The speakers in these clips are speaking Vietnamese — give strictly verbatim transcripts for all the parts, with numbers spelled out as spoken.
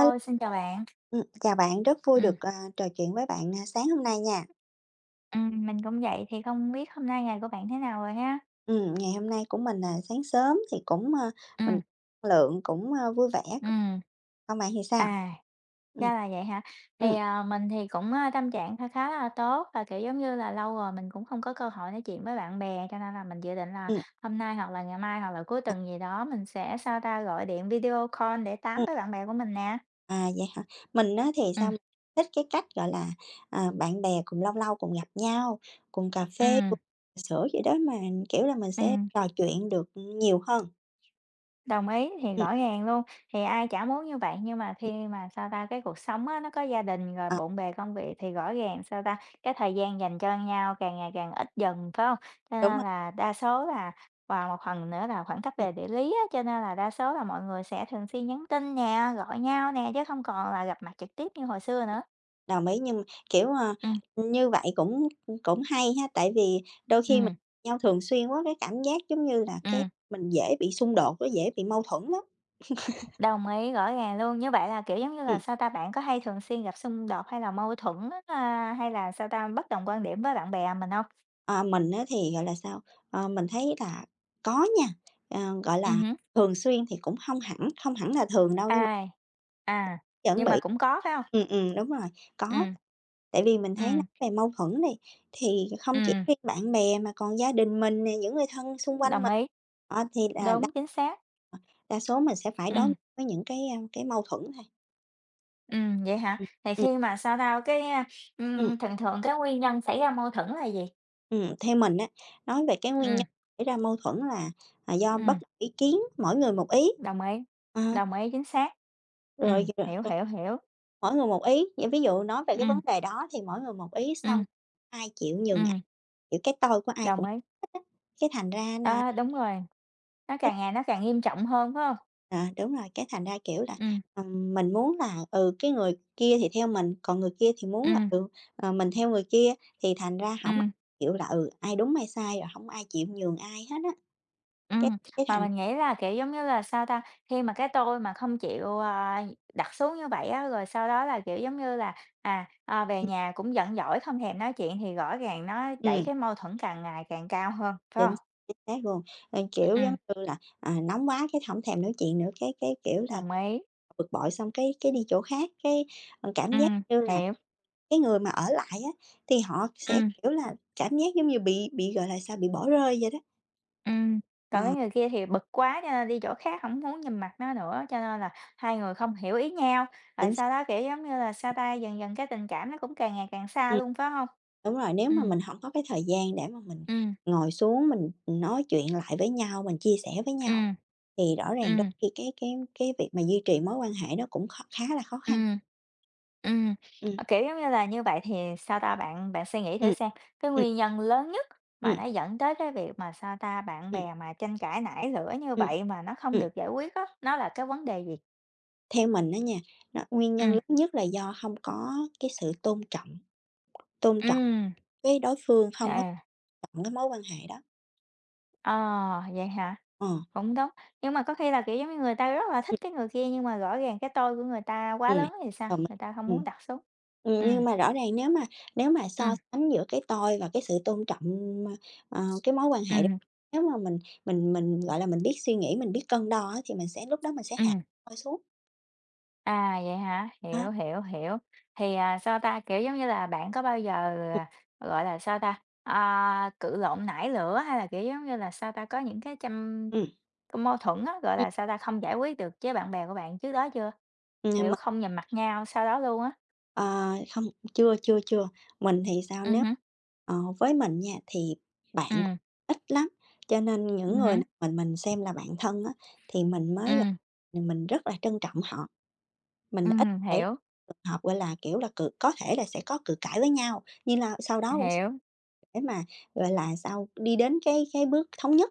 Alo. xin chào bạn. Ừm, chào bạn, rất vui Ừm. được à, trò chuyện với bạn, à, sáng hôm nay nha. Ừm, mình cũng vậy, thì không biết hôm nay ngày của bạn thế nào rồi ha? Ừm, ngày hôm nay của mình, à, sáng sớm thì cũng ơ, Ừ, mình năng lượng cũng ơ, vui vẻ. ừ. Còn bạn thì sao? À, Ừm. ra là vậy hả? Thì, Ừm. à, mình thì cũng, a, tâm trạng kha khá là tốt và, kiểu, giống như là, lâu rồi mình cũng không có cơ hội nói chuyện với bạn bè, cho nên là mình dự định là Ừm. hôm nay hoặc là ngày mai hoặc là cuối tuần gì đó mình sẽ, sao ta, gọi điện video call để tám ừm, với bạn bè của mình nè. à, vậy hả? Mình á thì Ừ, sao mình thích cái cách, gọi là, à, bạn bè cùng lâu lâu cùng gặp nhau, cùng cà phê, ừ. cùng trà sữa vậy đó mà, kiểu là, mình sẽ Ừm. trò chuyện được nhiều hơn. Đồng ý, thì Ừm. rõ ràng luôn, thì ai chả muốn như vậy, nhưng mà Ừm. khi mà, sao ta, cái cuộc sống á, nó có gia đình rồi Ờ, bộn bề công việc thì rõ ràng, sao ta, cái thời gian dành cho nhau càng ngày càng ít dần, phải không? Cho đúng nên rồi. là đa số là Và một phần nữa là khoảng cách về địa lý á, cho nên là đa số là mọi người sẽ thường xuyên nhắn tin nè, gọi nhau nè, chứ không còn là gặp mặt trực tiếp như hồi xưa nữa. Đồng ý, nhưng kiểu, ờ, Ừ, như vậy cũng cũng hay ha, tại vì đôi ừ, khi mình nhau thường xuyên quá, cái cảm giác giống như là ừ. cái mình dễ bị xung đột, nó dễ bị mâu thuẫn lắm. Đồng ý, rõ ràng luôn. Như vậy là, kiểu, giống như là, Ừm, sao ta, bạn có hay thường xuyên gặp xung đột hay là mâu thuẫn á, a, hay là, sao ta, bất đồng quan điểm với bạn bè mình không? ờ, mình á thì, gọi là sao, ờ, mình thấy là có nha, ờ, gọi Ừ, là, hứm. thường xuyên thì cũng không hẳn không hẳn là thường đâu, nhưng mà à, à, vẫn nhưng mà bị. cũng có, phải không? Ừ, ừ, đúng rồi, Ừ, có, tại vì mình thấy nói ừ, về mâu thuẫn này thì không chỉ ừ, riêng bạn bè mà còn gia đình mình nè, những người thân xung quanh đồng mình. ý, Ờ, thì là đúng, chính xác. Đa số mình sẽ phải Ừ, đối mặt với những cái, a, cái mâu thuẫn thôi. ừ, vậy hả? Ừm. Thì Ừm. khi mà, sao tao cái, a, Ừm. ừm, thường thường cái nguyên nhân xảy ra mâu thuẫn là gì? Ừm, theo mình á, nói về cái nguyên Ừ, nhân xảy ra mâu thuẫn là à, ừ, do bất đồng ý kiến, mỗi người một ý. đồng ý, Ờ. đồng ý, chính xác. Ừ, Rồi, rồi, hiểu, rồi, hiểu, hiểu. mỗi người một ý. Vậy ví dụ nói về Ừ, cái vấn đề đó thì mỗi người một ý ừ, xong ai chịu nhường ai, ừ, kiểu, cái tôi của ai đồng cũng ý. hết á, cái thành ra nè. Đó, đúng rồi. Nó càng ngày nó càng nghiêm trọng hơn, phải không? À, đúng rồi, cái thành ra, kiểu là, Ừ, ừm, mình muốn là, ừ, cái người kia thì theo mình, còn người kia thì ừ, muốn là, ừ, ờ, mình theo người kia, thì thành ra ừ, hổng kiểu là, ừ, ai đúng ai sai rồi không ai chịu nhường ai hết á. ừ. Cái cái Mà thành mình nghĩ là, kiểu, giống như là, sao ta, khi mà cái tôi mà không chịu, à, đặt xuống như vậy á, rồi sau đó là, kiểu, giống như là, à, à, về ừm, nhà cũng giận dỗi, không thèm nói chuyện thì rõ ràng nó đẩy ừm, cái mâu thuẫn càng ngày càng cao hơn, phải hông? chính chính xác luôn. Ờ, kiểu, giống Ừm, như là, à, nóng quá cái hổng thèm nói chuyện nữa, cái cái, kiểu là, đồng ý. bực bội xong cái cái đi chỗ khác, cái, ờ, cảm giác Ừm, như là hiểu. cái người mà ở lại á, thì họ sẽ, Ừm. kiểu là, cảm giác giống như bị bị, gọi là sao, bị bỏ rơi vậy đó. Ừm, còn cái Ờ. người kia thì bực quá cho nên đi chỗ khác không muốn nhìn mặt nó nữa, cho nên là hai người không hiểu ý nhau, rồi Chính x sau đó, kiểu, giống như là, xa tay dần dần cái tình cảm nó cũng càng ngày càng xa Ừm. luôn, phải không? Đúng rồi, nếu Ừ, mà mình không có cái thời gian để mà mình ừ, ngồi xuống mình nói chuyện lại với nhau, mình chia sẻ với ừ, nhau thì rõ ràng đôi ừ, khi cái cái cái việc mà duy trì mối quan hệ nó cũng kh khá là khó ừ. khăn. Ừm, Ừm. ờ, kiểu, giống như là, như vậy thì, sao ta, bạn bạn suy nghĩ thử Ừm. xem, cái Ừm. nguyên nhân lớn nhất mà Ừm. nó dẫn tới cái việc mà, sao ta, bạn Ừm. bè mà tranh cãi nảy lửa như Ừm. vậy mà nó không Ừm. được giải quyết á, nó là cái vấn đề gì? Theo mình đó nha, nó nguyên Ừ, nhân lớn nhất là do không có cái sự tôn trọng, tôn ừ, trọng cái đối phương, không có à. tôn trọng cái mối quan hệ đó. Ờ, vậy hả? Ờ. Cũng đúng, nhưng mà có khi là, kiểu, giống như người ta rất là thích Ừm. cái người kia nhưng mà rõ ràng cái tôi của người ta quá ừm, lớn thì sao? còn mình Người ta không ừm. muốn đặt xuống. Ừ, Ừm, nhưng mà rõ ràng nếu mà nếu mà ừ, so sánh giữa cái tôi và cái sự tôn trọng, ờ, cái mối quan hệ đó, ừ, nếu mà mình mình mình, gọi là, mình biết suy nghĩ, mình biết cân đo á, thì mình sẽ lúc đó mình sẽ hạ ừm. tôi xuống. À, vậy hả? A. Hiểu, hiểu, hiểu. Thì, à, sao ta, kiểu, giống như là, bạn có bao giờ, Ừm. à, gọi là, sao ta, à, cự lộn nảy lửa hay là, kiểu, giống như là, sao ta, có những cái châm Ừm. cái mâu thuẫn á, gọi Ừm. là, sao ta, không giải quyết được với bạn bè của bạn trước đó chưa? Nhưng Kiểu, mà, không nhìn mặt nhau sau đó luôn á. ờ, không, chưa, chưa, chưa, mình thì sao, Ừ, nếu hứm, ờ, với mình nha, thì bạn cũng ừ, ít lắm, cho nên những ừm, người hứm. nào mình mình xem là bạn thân á, thì mình mới, Ừm. mình rất là trân trọng họ. Mình ít Ừm, xảy ra hiểu, trường hợp, gọi là, kiểu là, cự có thể là sẽ có cự cãi với nhau, nhưng là sau đó cũng sẽ hiểu, để mà, gọi là sau đi đến cái cái bước thống nhất.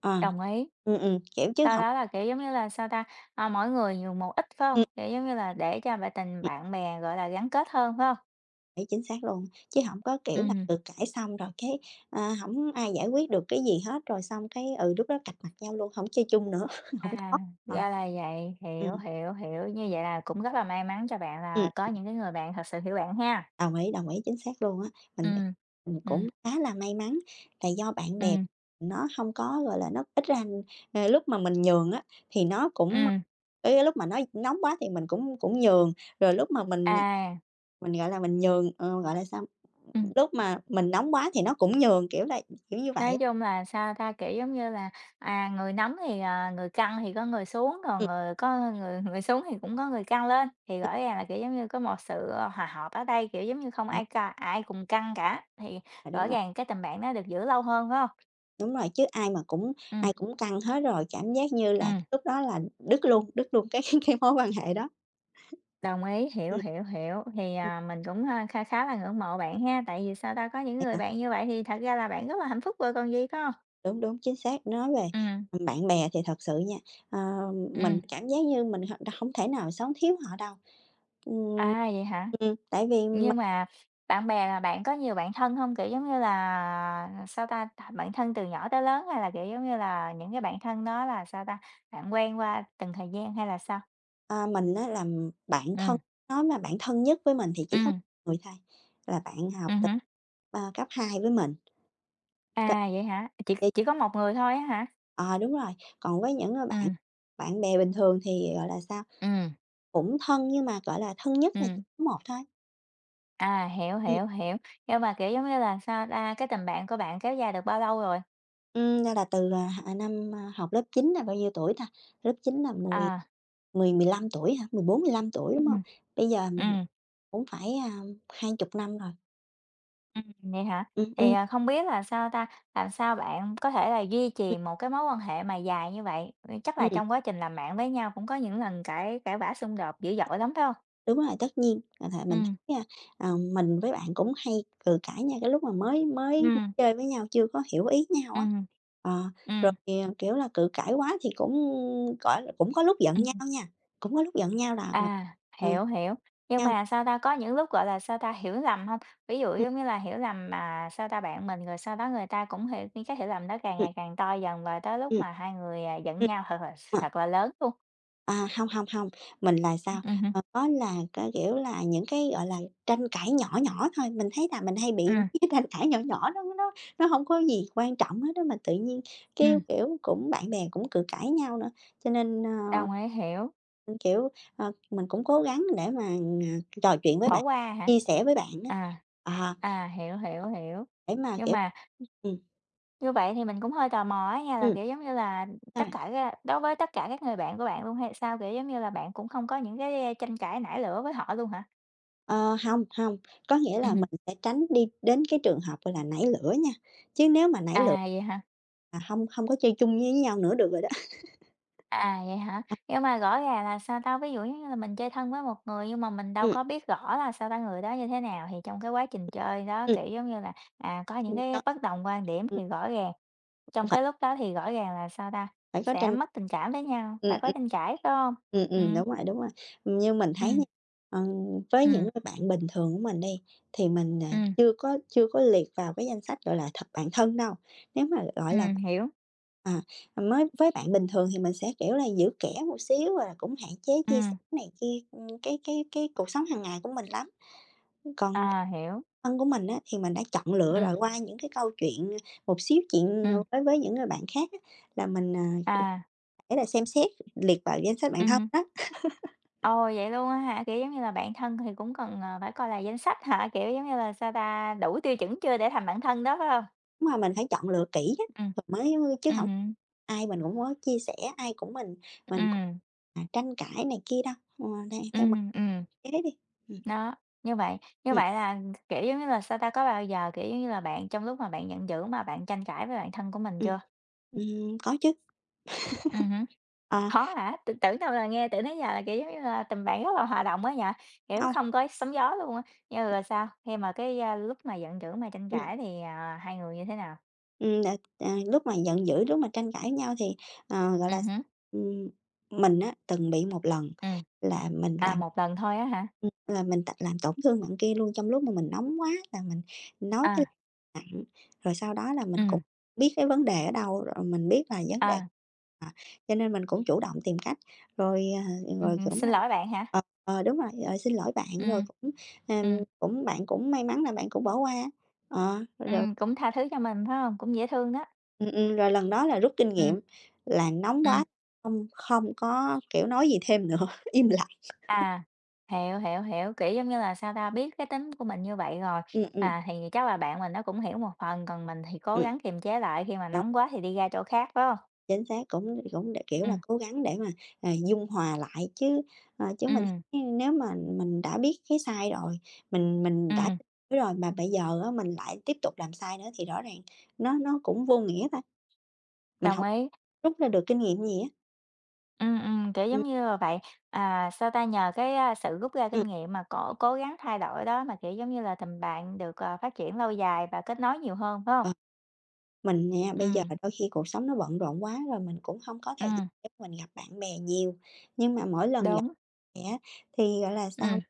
Ờ. đồng ý. Ừm. ừm, kiểu, chứ Sau không đó là, kiểu, giống như là, sao ta, ờ, mỗi người nhường một ít, phải hông? ừm, Kiểu, giống như là, để cho bạn tình ừm, bạn bè, gọi là, gắn kết hơn, phải hông? đấy, chính xác luôn, chứ không có, kiểu là, Ừm, cự cãi xong rồi cái, à, hổng ai giải quyết được cái gì hết, rồi xong cái, ừ, lúc đó cạch mặt nhau luôn, không chơi chung nữa, không có. à, Ờ. ra là vậy, Ừ, hiểu, hiểu, hiểu. Như vậy là cũng rất là may mắn cho bạn ừ, là có những cái người bạn thật sự hiểu bạn ha. đồng ý, đồng ý, chính xác luôn á. Mình Ừm, mình ừm, cũng khá là may mắn là do bạn bè ừm, nó hông có, gọi là, nó ít ra, ờ, lúc mà mình nhường á, thì nó cũng ừm, ý lúc mà nó nóng quá thì mình cũng cũng nhường, rồi lúc mà mình à, mình, gọi là, mình nhường ờ, gọi là sao, ừm. lúc mà mình nóng quá thì nó cũng nhường, kiểu là, kiểu như vậy á. Nói chung là, sao ta, kiểu, giống như là, à, người nóng thì, à, người căng thì có người xuống, còn Ừm. người có người người xuống thì cũng có người căng lên, thì rõ ràng là, kiểu, giống như, có một sự hòa hợp ở đây, kiểu, giống như, không ai ca ai cùng căng cả, thì Đúng rõ rồi. ràng cái tình bạn nó được giữ lâu hơn, phải hông? Đúng rồi, chứ ai mà cũng Ừ, ai cũng căng hết rồi, cảm giác như là ừm, lúc đó là đứt luôn, đứt luôn cái cái mối quan hệ đó. đồng ý, hiểu, Ừm. hiểu, hiểu. Thì, Ừm, à, mình cũng, a, kha khá là ngưỡng mộ bạn ha, tại vì, sao ta, có những vậy người hả? bạn như vậy thì thật ra là bạn rất là hạnh phúc rồi còn gì, phải hông? Đúng, đúng, chính xác. Nói về Ừ, bạn bè thì thật sự nha, ờ, ừm, mình cảm giác như mình h hổng thể nào sống thiếu họ đâu. Ừm. à, vậy hả? Ừm, tại vì Nhưng mình, mà bạn bè là bạn có nhiều bạn thân không? Kiểu, giống như là, sao ta, th bạn thân từ nhỏ tới lớn hay là, kiểu, giống như là, những cái bạn thân đó là, sao ta, bạn quen qua từng thời gian hay là sao? à, mình á là bạn Ừ, thân, nói mà bạn thân nhất với mình thì chỉ ừ, có một người thôi, là bạn ừ, học từ, hứm. ờ, cấp hai với mình. À, vậy hả? Chỉ t chỉ có một người thôi á hả? Ờ, đúng rồi, còn với những người Ừ, bạn bạn bè bình thường thì, gọi là sao, ừ, cũng thân nhưng mà, gọi là, thân nhất là ừ. chỉ có một thôi. À, hiểu, Ừm. hiểu, hiểu. Nhưng mà, kiểu, giống như là, sao ta, cái tình bạn của bạn kéo dài được bao lâu rồi? Ừm, nên là từ, à, h năm, a, học lớp chín là bao nhiêu tuổi ta? Lớp chín là mười À, mười mười lăm tuổi hả? Mười bốn mười lăm tuổi, ừ, đúng hông? Bây giờ ừm. cũng phải, a, hai chục năm rồi. Ừm, vậy hả? Ừm. Thì, Ừm. à, không biết là sao ta, làm sao bạn có thể là duy Ừm. trì một cái mối quan hệ mà dài như vậy? Ừm, chắc là Ừm. trong quá trình làm bạn với nhau cũng có những lần cãi cãi vã xung đột dữ dội lắm, phải không? Đúng rồi, tất nhiên, à, tại mình Ừm, thấy nha, ờ, mình với bạn cũng hay cự cãi nhau cái lúc mà mới mới ừm, chơi với nhau, chưa có hiểu ý nhau á. ừm. Ờ, rồi, Ừm, ờ, kiểu là, cự cãi quá thì cũng, gọi là, cũng có lúc giận nhau ừm, nha, cũng có lúc giận nhau là là à, ừm, hiểu, hiểu. Nhưng nhau mà sao ta, có những lúc, gọi là, sao ta, hiểu lầm không? Ví dụ ừm, giống như là hiểu lầm mà sao ta, bạn mình rồi sau đó người ta cũng hiểu những cái hiểu lầm đó càng ừm. ngày càng to dần và tới lúc Ừm. mà hai người, à, giận Ừm. nhau thật là Ờ. thật là lớn luôn. À, không, không, hông, mình là sao? Ừm, hứm, Ờ, có là cái, kiểu là, những cái, gọi là, tranh cãi nhỏ nhỏ thôi, mình thấy là mình hay bị ừm, cái tranh cãi nhỏ nhỏ đó nó nó hông có gì quan trọng hết đó mà tự nhiên cái, ừm, kiểu, cũng bạn bè cũng cự cãi nhau nữa. Cho nên, ơ, đồng ý, hiểu. kiểu, ờ, mình cũng cố gắng để mà, à, trò chuyện với Bỏ bạn, qua hả? chia sẻ với bạn á. À, Ờ. à, hiểu, hiểu, Ờ, hiểu. để mà, Nhưng kiểu mà ừm, như vậy thì mình cũng hơi tò mò á nha, là, ừm, kiểu, giống như là, sao tất bạn? cả ra đối với tất cả các người bạn của bạn luôn hay sao? Kiểu, giống như là, bạn cũng không có những cái tranh cãi nảy lửa với họ luôn hả? Ờ, hông, hông, có nghĩa là Ừm, mình sẽ tránh đi đến cái trường hợp, gọi là, nảy lửa nha, chứ nếu mà nảy lửa. à, vậy hả? À, hông, hông có chơi chung với nhau nữa được rồi đó. À, vậy hả? Ờ. Nhưng mà rõ ràng là sao tao? Ví dụ như là mình chơi thân với một người nhưng mà mình đâu Ừm. có biết rõ là sao ta người đó như thế nào, thì trong cái quá trình chơi đó, Ừm. kiểu, giống như là, à, có những ừm, cái có, bất đồng quan điểm ừm, thì rõ ràng trong phải cái lúc đó thì rõ ràng là, sao ta, phải có sẽ tranh. mất tình cảm với nhau, phải ừm, có ừm. tranh cãi, phải không? Ừm. Ừ, Ừm, đúng rồi, đúng rồi. Như mình ừ, thấy nha, ờ, với những ừ, người bạn bình thường của mình đi, thì mình, à, ừ, chưa có chưa có liệt vào cái danh sách, gọi là, thật bạn thân đâu. Nếu mà, gọi là ừm, hiểu, à, mới với bạn bình thường thì mình sẽ, kiểu là, giữ kẽ một xíu, rồi là cũng hạn chế ừ, chia sẻ này kia, ừm, cái cái cái cuộc sống hàng ngày của mình lắm. Còn à, hiểu, Thân của mình á, thì mình đã chọn ừ, lựa rồi qua những cái câu chuyện, một xíu ừ, chuyện, ờ, với với những người bạn khác á, là mình, à, à, phải là xem xét liệt vào danh sách ừ, bạn thân đó. ôi vậy luôn á hả? Kiểu, giống như là, bạn thân thì cũng cần, ờ, phải coi là danh sách hả? Kiểu, giống như là, sao ta, đủ tiêu chuẩn chưa để thành bạn thân đó, phải không? Đúng rồi, mình phải chọn lựa kỹ á, Ừ, rồi mới chứ ừ, hổng ai mình cũng có chia sẻ, ai cũng mình ừ, mình cũng, à, tranh cãi này kia đâu, ờ, theo ừ, theo mình ừm, thế đi. Ừm. đó, như vậy như Ừm. vậy là, kiểu, giống như là, sao ta, có bao giờ, kiểu, giống như là, bạn trong lúc mà bạn giận dữ mà bạn tranh cãi với bạn thân của mình Ừm. chưa? Ừm, có chứ. Ừm. Ờ, Khó hả? T tưởng đâu là nghe tưởng nãy giờ là, kiểu, giống như là, tình bạn rất là hòa đồng á nhỉ? Kiểu, hông. không có sóng gió luôn á, nhưng mà rồi sao? Khi mà cái, a, lúc mà giận dữ mà tranh Ừm. cãi thì, à, hai người như thế nào? ừm, đợt à, lúc mà giận dữ, lúc mà tranh cãi với nhau thì, ờ, gọi Ừ, là, hứm, ừm, mình á, từng bị một lần ừm, là mình à, làm. một lần thôi á hả? Ừm, là mình t làm tổn thương bạn kia luôn trong lúc mà mình nóng quá là mình nói À, cái nặng, rồi sau đó là mình ừ cũng biết cái vấn đề ở đâu, rồi mình biết là vấn đề à, à, cho nên mình cũng chủ động tìm cách, rồi, ờ, rồi ừm, cũng xin là lỗi bạn hả? ờ, ờ, đúng rồi, "Ờ, xin lỗi Ừ, bạn", rồi cũng, ừ, ừm, cũng bạn cũng may mắn là bạn cũng bỏ qua. Ờ. rồi ừm, cũng tha thứ cho mình, phải không? Cũng dễ thương đó. ừm, ừm, rồi lần đó là rút kinh Ừ, nghiệm là nóng ừ. quá không không có, kiểu, nói gì thêm nữa, im lặng. À, hiểu, hiểu, hiểu, kiểu, giống như là, sao ta, biết cái tính của mình như vậy rồi, Ừm. Ừm. à, thì chắc là bạn mình nó cũng hiểu một phần, còn mình thì cố Ừm. gắng kiềm chế lại, khi mà Đúng. nóng quá thì đi ra chỗ khác, phải hông? Chính xác, cũng cũng để, kiểu Ừ, là, cố gắng để mà, ờ, dung hòa lại chứ, ờ, chứ mình ừm, thấy nếu mà mình đã biết cái sai rồi, mình mình đã ừm, lỗi rồi mà bây giờ á mình lại tiếp tục làm sai nữa thì rõ ràng nó nó cũng vô nghĩa ta, mình đồng không ý, rút ra được kinh nghiệm gì á. ừ, ừ, kiểu, giống Ừm, như là vậy. À, sao ta, nhờ cái, a, sự rút ra kinh ừm, nghiệm mà cố cố gắng thay đổi đó mà, kiểu, giống như là, tình bạn được, ờ, phát triển lâu dài và kết nối nhiều hơn, phải hông? ờ, mình nha, bây giờ Ừ, đôi khi cuộc sống nó bận rộn quá rồi mình cũng không có thời gian ừm, để mình gặp bạn bè nhiều, nhưng mà mỗi lần gặp đúng, vậy thì, gọi là, ừ, sao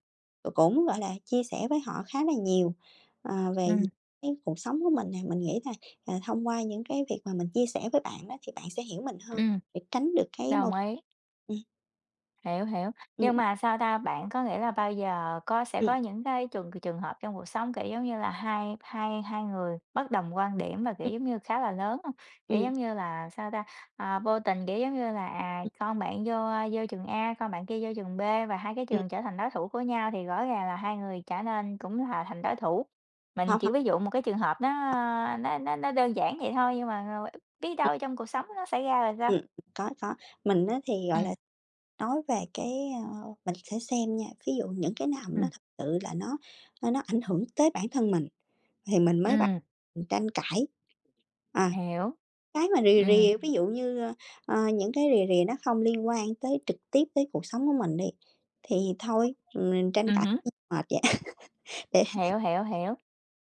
cũng, gọi là, chia sẻ với họ khá là nhiều, ờ, về ừ, những cái cuộc sống của mình nè. Mình nghĩ là, à, thông qua những cái việc mà mình chia sẻ với bạn đó thì bạn sẽ hiểu mình hơn ừm, để tránh được cái đồng mâu. ý. ừm, Hiểu, hiểu. ừm, Nhưng mà sao ta, bạn có nghĩ là bao giờ có sẽ ừm, có những cái trường trường hợp trong cuộc sống, kiểu, giống như là, hai hai hai người bất đồng quan điểm và, kiểu, ừm, giống như, khá là lớn hông? Kiểu, ừm, giống như là, sao ta, à, vô tình, kiểu, giống như là, à, ừm, con bạn vô, à, vô trường A, con bạn kia vô trường bê và hai cái ừm, trường trở thành đối thủ của nhau thì rõ ràng là hai người trở nên cũng là thành đối thủ. Mình Hông, chỉ hông. ví dụ một cái trường hợp nó nó nó nó đơn giản vậy thôi, nhưng mà, ờ, biết ừm, đâu trong cuộc sống nó xảy ra là sao? ừm, có, có. Mình á thì, Ừ, gọi là, nói về cái, ơ mình sẽ xem nha, ví dụ những cái nào mà ừ, nó thật sự là nó nó nó ảnh hưởng tới bản thân mình thì mình mới bắt ừm. mình tranh cãi. À. Hiểu. Cái mà Ừ, rì rì, ví dụ như, ờ, những cái rì rì nó không liên quan tới trực tiếp tới cuộc sống của mình đi, thì thôi, mình ừ, tranh cãi hứm, mệt vậy để. hiểu, hiểu, hiểu.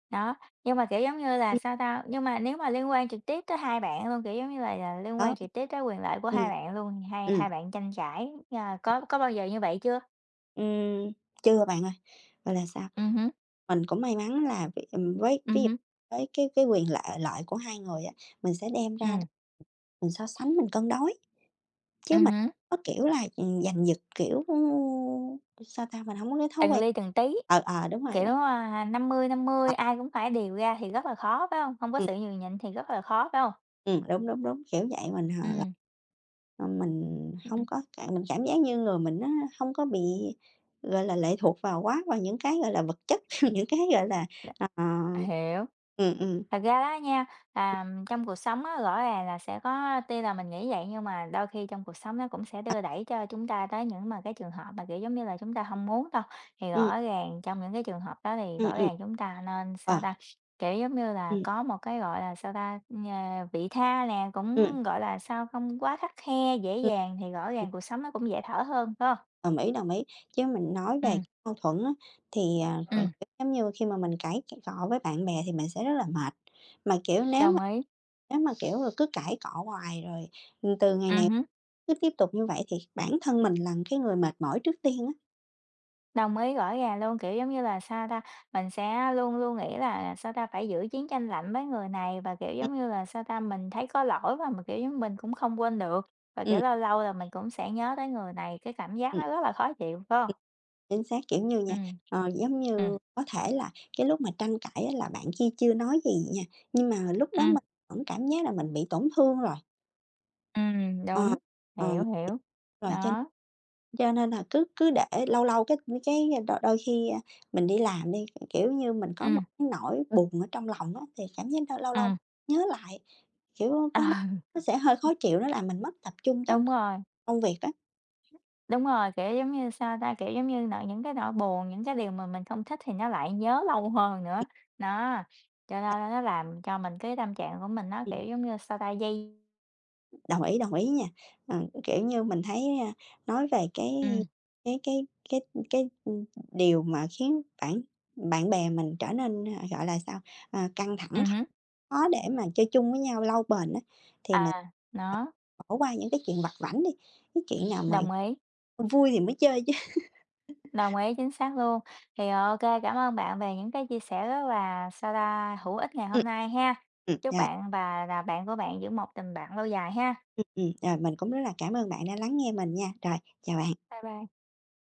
Đó, nhưng mà, kiểu, giống như là, Ừm. sao tao, nhưng mà nếu mà liên quan trực tiếp tới hai bạn luôn, kiểu, giống như là là, liên quan Đó. trực tiếp tới quyền lợi của hai Ừm. bạn luôn, hai Ừm, hai bạn tranh cãi, à, có có bao giờ như vậy chưa? ừm, Chưa bạn ơi, gọi là sao, Ừ, hứm, mình cũng may mắn là v ừm, với ừ, ví dụ hứm, với cái cái quyền lợi lợi của hai người á, mình sẽ đem ra ừm, mình so sánh, mình cân đối, chứ ừm, mình hứm, có, kiểu là, ừm, giành giật, kiểu, ừ, sao ta, mình không có cái thói từng quen. ly từng tí, ờ, ờ, Đúng rồi đó, kiểu, à, năm mươi năm ờ. mươi ai cũng phải điều ra thì rất là khó, phải không? Không có sự nhường nhịn thì rất là khó, phải không? Ừm, đúng, đúng, đúng, kiểu vậy, mình, hờ là, Ừm, ờ, mình ừm, không ừm, có cảm mình cảm giác như người mình nó không có bị, gọi là, lệ thuộc vào quá vào những cái, gọi là, vật chất, những cái, gọi là, ờ. hiểu. ừm, ừm, Thật ra đó nha, à, trong cuộc sống á, rõ ràng là sẽ có tuy là mình nghĩ vậy nhưng mà đôi khi trong cuộc sống nó cũng sẽ à, đưa đẩy cho chúng ta tới những mà cái trường hợp mà, kiểu, giống như là, chúng ta không muốn đâu. Thì ừm, rõ ràng trong những cái trường hợp đó thì ừm, rõ ừm. ràng chúng ta nên, sao Ờ, ta, kiểu, giống như là, ừm, có một cái, gọi là, sao ta, ờ, vị tha nè, ừm, cũng, gọi là, sao, không quá khắt khe, dễ ừm. dàng thì rõ Ừm, ràng cuộc sống nó cũng dễ thở hơn, phải hông? Đồng ý, đồng ý. Chứ mình nói về Ừm, mâu thuẫn á, thì, à, kiểu, ừm. giống như khi mà mình cãi cọ với bạn bè thì mình sẽ rất là mệt, mà, kiểu, nếu. Đồng ý. Nếu mà, kiểu là, cứ cãi cọ hoài rồi, ừm, từ ngày Ừm, này hứm. cứ tiếp tục như vậy thì bản thân mình là cái người mệt mỏi trước tiên á. Đồng ý, rõ ràng luôn, kiểu, giống như là, sao ta, mình sẽ luôn luôn nghĩ là, sao ta, phải giữ chiến tranh lạnh với người này và, kiểu, Ừm, giống như là, sao ta, mình thấy có lỗi và mình, kiểu, giống mình cũng không quên được, và, kiểu, ừm, lâu lâu là mình cũng sẽ nhớ tới người này, cái cảm giác ừm. nó rất là khó chịu, phải không? Ừm, Chính xác, kiểu như Ừ, nha, ờ, giống ừ, như có thể là cái lúc mà tranh cãi á là bạn kia chưa nói gì nha, nhưng mà lúc ừ, đó mình vẫn cảm giác là mình bị tổn thương rồi. ừm, Ờ, đúng, ờ, hiểu, hiểu. Rồi cho. Đó, Cho nên là cứ cứ để lâu lâu cái cái đôi đôi khi, a, mình đi làm đi, kiểu như, mình ừ, có một cái nỗi buồn ở trong lòng á, thì cảm giác đ lâu ừ, lâu nhớ lại, kiểu, có nó nó sẽ hơi khó chịu, nó làm mình mất tập trung trong đúng rồi. công việc á. Đúng rồi, kiểu, giống như, sao ta, kiểu, giống như, nỗi những cái nỗi buồn, những cái điều mà mình không thích thì nó lại nhớ lâu hơn nữa. Đó, cho nên là nó làm cho mình cái tâm trạng của mình nó, Ừm, kiểu, giống như, sao ta, dây. Đồng ý, đồng ý nha. Ờ, kiểu như, mình thấy, a, nói về cái Ừ, cái cái cái cái, điều mà khiến bạn bạn bè mình trở nên, à, gọi là sao, à, căng ừ, thẳng, hứm, khó để mà chơi chung với nhau lâu bền á, thì mình à, nó, bỏ qua những cái chuyện vặt vãnh đi, cái chuyện nào mà đồng ý, vui thì mới chơi chứ. đồng ý, chính xác luôn. Thì, ờ, ô cảm ơn bạn về những cái chia sẻ rất là, sao ta, hữu ích ngày hôm Ừm. nay ha. Ừm. Chúc Rồi, bạn và là bạn của bạn giữ một tình bạn lâu dài ha. ừm, ừm, rồi mình cũng rất là cảm ơn bạn đã lắng nghe mình nha. Rồi, chào bạn. Bye bye.